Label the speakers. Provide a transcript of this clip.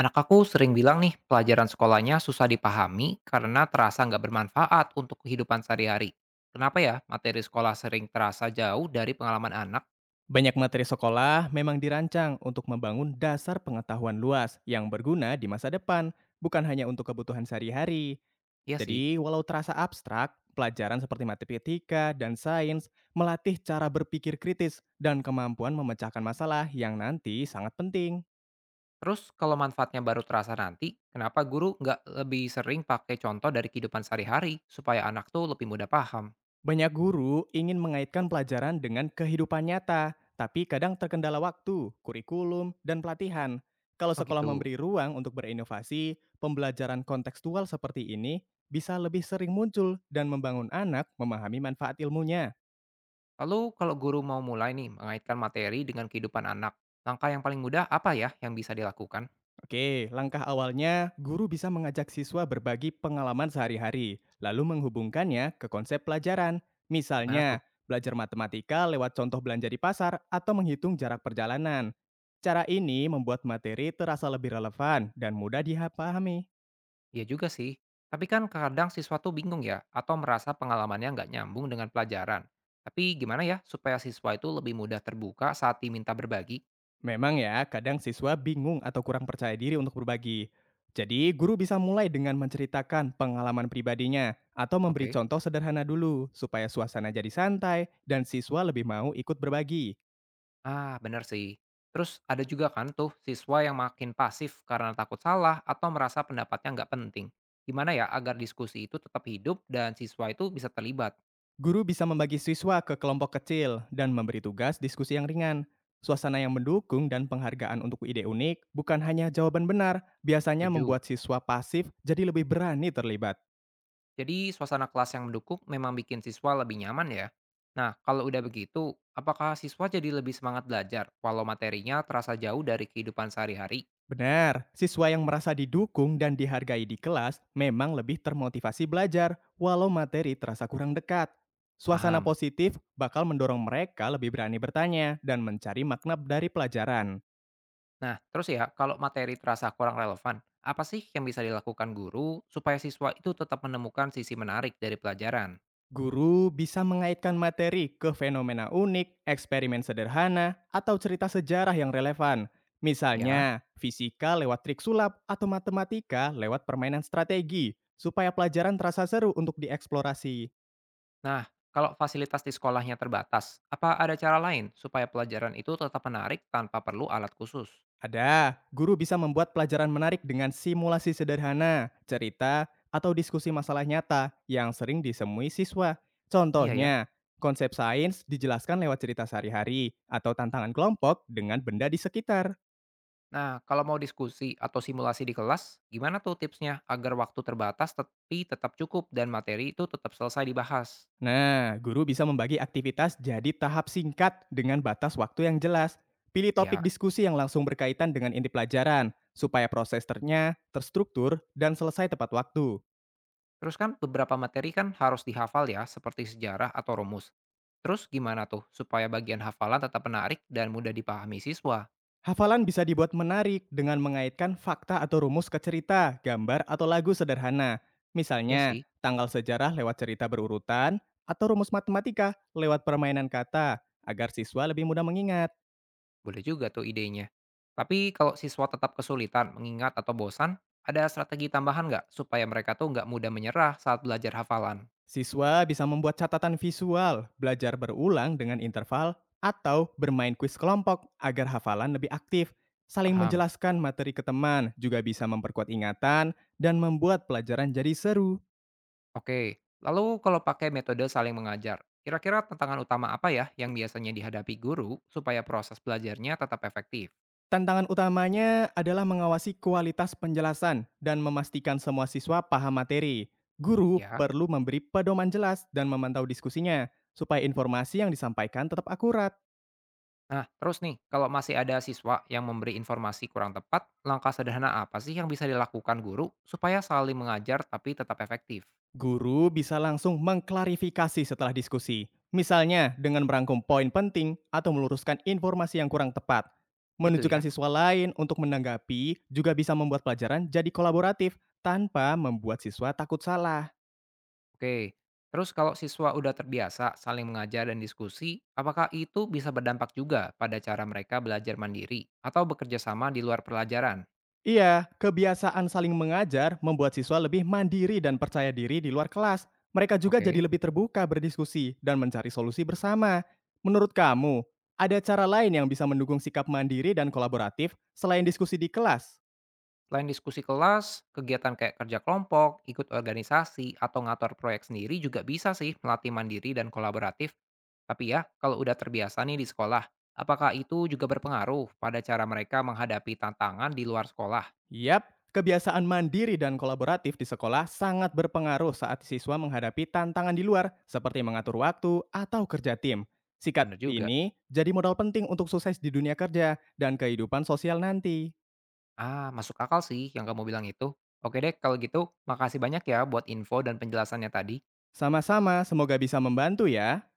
Speaker 1: Anak aku sering bilang nih, pelajaran sekolahnya susah dipahami karena terasa nggak bermanfaat untuk kehidupan sehari-hari. Kenapa ya materi sekolah sering terasa jauh dari pengalaman anak?
Speaker 2: Banyak materi sekolah memang dirancang untuk membangun dasar pengetahuan luas yang berguna di masa depan, bukan hanya untuk kebutuhan sehari-hari.
Speaker 1: Iya sih.
Speaker 2: Jadi, walau terasa abstrak, pelajaran seperti matematika dan sains melatih cara berpikir kritis dan kemampuan memecahkan masalah yang nanti sangat penting.
Speaker 1: Terus kalau manfaatnya baru terasa nanti, kenapa guru nggak lebih sering pakai contoh dari kehidupan sehari-hari supaya anak tuh lebih mudah paham?
Speaker 2: Banyak guru ingin mengaitkan pelajaran dengan kehidupan nyata, tapi kadang terkendala waktu, kurikulum, dan pelatihan. Kalau
Speaker 1: Oh
Speaker 2: sekolah
Speaker 1: gitu.
Speaker 2: memberi ruang untuk berinovasi, pembelajaran kontekstual seperti ini bisa lebih sering muncul dan membangun anak memahami manfaat ilmunya.
Speaker 1: Lalu kalau guru mau mulai nih mengaitkan materi dengan kehidupan anak, langkah yang paling mudah apa ya yang bisa dilakukan?
Speaker 2: Oke, langkah awalnya guru bisa mengajak siswa berbagi pengalaman sehari-hari, lalu menghubungkannya ke konsep pelajaran.
Speaker 1: Gimana tuh?
Speaker 2: Misalnya, belajar matematika lewat contoh belanja di pasar atau menghitung jarak perjalanan. Cara ini membuat materi terasa lebih relevan dan mudah dipahami.
Speaker 1: Iya juga sih. Tapi kan kadang siswa tuh bingung ya, atau merasa pengalamannya nggak nyambung dengan pelajaran. Tapi gimana ya supaya siswa itu lebih mudah terbuka saat diminta berbagi?
Speaker 2: Memang ya, kadang siswa bingung atau kurang percaya diri untuk berbagi. Jadi, guru bisa mulai dengan menceritakan pengalaman pribadinya atau memberi
Speaker 1: Oke.
Speaker 2: contoh sederhana dulu supaya suasana jadi santai dan siswa lebih mau ikut berbagi.
Speaker 1: Ah, bener sih. Terus ada juga kan tuh siswa yang makin pasif karena takut salah atau merasa pendapatnya nggak penting. Gimana ya agar diskusi itu tetap hidup dan siswa itu bisa terlibat?
Speaker 2: Guru bisa membagi siswa ke kelompok kecil dan memberi tugas diskusi yang ringan. Suasana yang mendukung dan penghargaan untuk ide unik bukan hanya jawaban benar, biasanya
Speaker 1: Setuju.
Speaker 2: membuat siswa pasif jadi lebih berani terlibat.
Speaker 1: Jadi suasana kelas yang mendukung memang bikin siswa lebih nyaman ya. Nah, kalau udah begitu, apakah siswa jadi lebih semangat belajar walau materinya terasa jauh dari kehidupan sehari-hari?
Speaker 2: Benar, siswa yang merasa didukung dan dihargai di kelas memang lebih termotivasi belajar, walau materi terasa kurang dekat. Suasana
Speaker 1: Paham.
Speaker 2: positif bakal mendorong mereka lebih berani bertanya dan mencari makna dari pelajaran.
Speaker 1: Nah, terus ya, kalau materi terasa kurang relevan, apa sih yang bisa dilakukan guru supaya siswa itu tetap menemukan sisi menarik dari pelajaran?
Speaker 2: Guru bisa mengaitkan materi ke fenomena unik, eksperimen sederhana, atau cerita sejarah yang relevan.
Speaker 1: Ya.
Speaker 2: Misalnya, fisika lewat trik sulap atau matematika lewat permainan strategi, supaya pelajaran terasa seru untuk dieksplorasi.
Speaker 1: Nah, kalau fasilitas di sekolahnya terbatas, apa ada cara lain supaya pelajaran itu tetap menarik tanpa perlu alat khusus?
Speaker 2: Ada, guru bisa membuat pelajaran menarik dengan simulasi sederhana, cerita, atau diskusi masalah nyata yang sering disemui siswa.
Speaker 1: Iya ya.
Speaker 2: Contohnya, konsep sains dijelaskan lewat cerita sehari-hari atau tantangan kelompok dengan benda di sekitar.
Speaker 1: Nah, kalau mau diskusi atau simulasi di kelas, gimana tuh tipsnya agar waktu terbatas tapi tetap cukup dan materi itu tetap selesai dibahas?
Speaker 2: Nah, guru bisa membagi aktivitas jadi tahap singkat dengan batas waktu yang jelas. Pilih
Speaker 1: Ya,
Speaker 2: topik diskusi yang langsung berkaitan dengan inti pelajaran, supaya proses ternya terstruktur dan selesai tepat waktu.
Speaker 1: terus kan beberapa materi kan harus dihafal ya, seperti sejarah atau rumus. Terus gimana tuh supaya bagian hafalan tetap menarik dan mudah dipahami siswa?
Speaker 2: Hafalan bisa dibuat menarik dengan mengaitkan fakta atau rumus ke cerita, gambar, atau lagu sederhana.
Speaker 1: Ya
Speaker 2: Misalnya,
Speaker 1: sih,
Speaker 2: tanggal sejarah lewat cerita berurutan, atau rumus matematika lewat permainan kata, agar siswa lebih mudah mengingat.
Speaker 1: boleh juga tuh idenya. Tapi kalau siswa tetap kesulitan mengingat atau bosan, ada strategi tambahan nggak supaya mereka tuh nggak mudah menyerah saat belajar hafalan?
Speaker 2: Siswa bisa membuat catatan visual, belajar berulang dengan interval, atau bermain kuis kelompok agar hafalan lebih aktif. Saling
Speaker 1: Paham?
Speaker 2: menjelaskan materi ke teman juga bisa memperkuat ingatan dan membuat pelajaran jadi seru.
Speaker 1: Oke, lalu kalau pakai metode saling mengajar, kira-kira tantangan utama apa ya yang biasanya dihadapi guru supaya proses belajarnya tetap efektif?
Speaker 2: Tantangan utamanya adalah mengawasi kualitas penjelasan dan memastikan semua siswa paham materi. Guru
Speaker 1: Ya.
Speaker 2: perlu memberi pedoman jelas dan memantau diskusinya, supaya informasi yang disampaikan tetap akurat.
Speaker 1: Nah, terus nih, kalau masih ada siswa yang memberi informasi kurang tepat, langkah sederhana apa sih yang bisa dilakukan guru supaya saling mengajar tapi tetap efektif?
Speaker 2: Guru bisa langsung mengklarifikasi setelah diskusi, misalnya dengan merangkum poin penting atau meluruskan informasi yang kurang tepat.
Speaker 1: Itu
Speaker 2: Menunjukkan
Speaker 1: ya.
Speaker 2: siswa lain untuk menanggapi juga bisa membuat pelajaran jadi kolaboratif tanpa membuat siswa takut salah.
Speaker 1: Oke. Terus kalau siswa udah terbiasa saling mengajar dan diskusi, apakah itu bisa berdampak juga pada cara mereka belajar mandiri atau bekerja sama di luar pelajaran?
Speaker 2: Iya, kebiasaan saling mengajar membuat siswa lebih mandiri dan percaya diri di luar kelas. Mereka juga
Speaker 1: Oke.
Speaker 2: jadi lebih terbuka berdiskusi dan mencari solusi bersama. Menurut kamu, ada cara lain yang bisa mendukung sikap mandiri dan kolaboratif selain diskusi di kelas?
Speaker 1: Selain diskusi kelas, kegiatan kayak kerja kelompok, ikut organisasi, atau ngatur proyek sendiri juga bisa sih melatih mandiri dan kolaboratif. Tapi ya, kalau udah terbiasa nih di sekolah, apakah itu juga berpengaruh pada cara mereka menghadapi tantangan di luar sekolah?
Speaker 2: Yap, kebiasaan mandiri dan kolaboratif di sekolah sangat berpengaruh saat siswa menghadapi tantangan di luar, seperti mengatur waktu atau kerja tim. Sikap
Speaker 1: Bener juga.
Speaker 2: ini jadi modal penting untuk sukses di dunia kerja dan kehidupan sosial nanti.
Speaker 1: Ah, masuk akal sih yang kamu bilang itu. Oke deh, kalau gitu, makasih banyak ya buat info dan penjelasannya tadi.
Speaker 2: Sama-sama, semoga bisa membantu ya.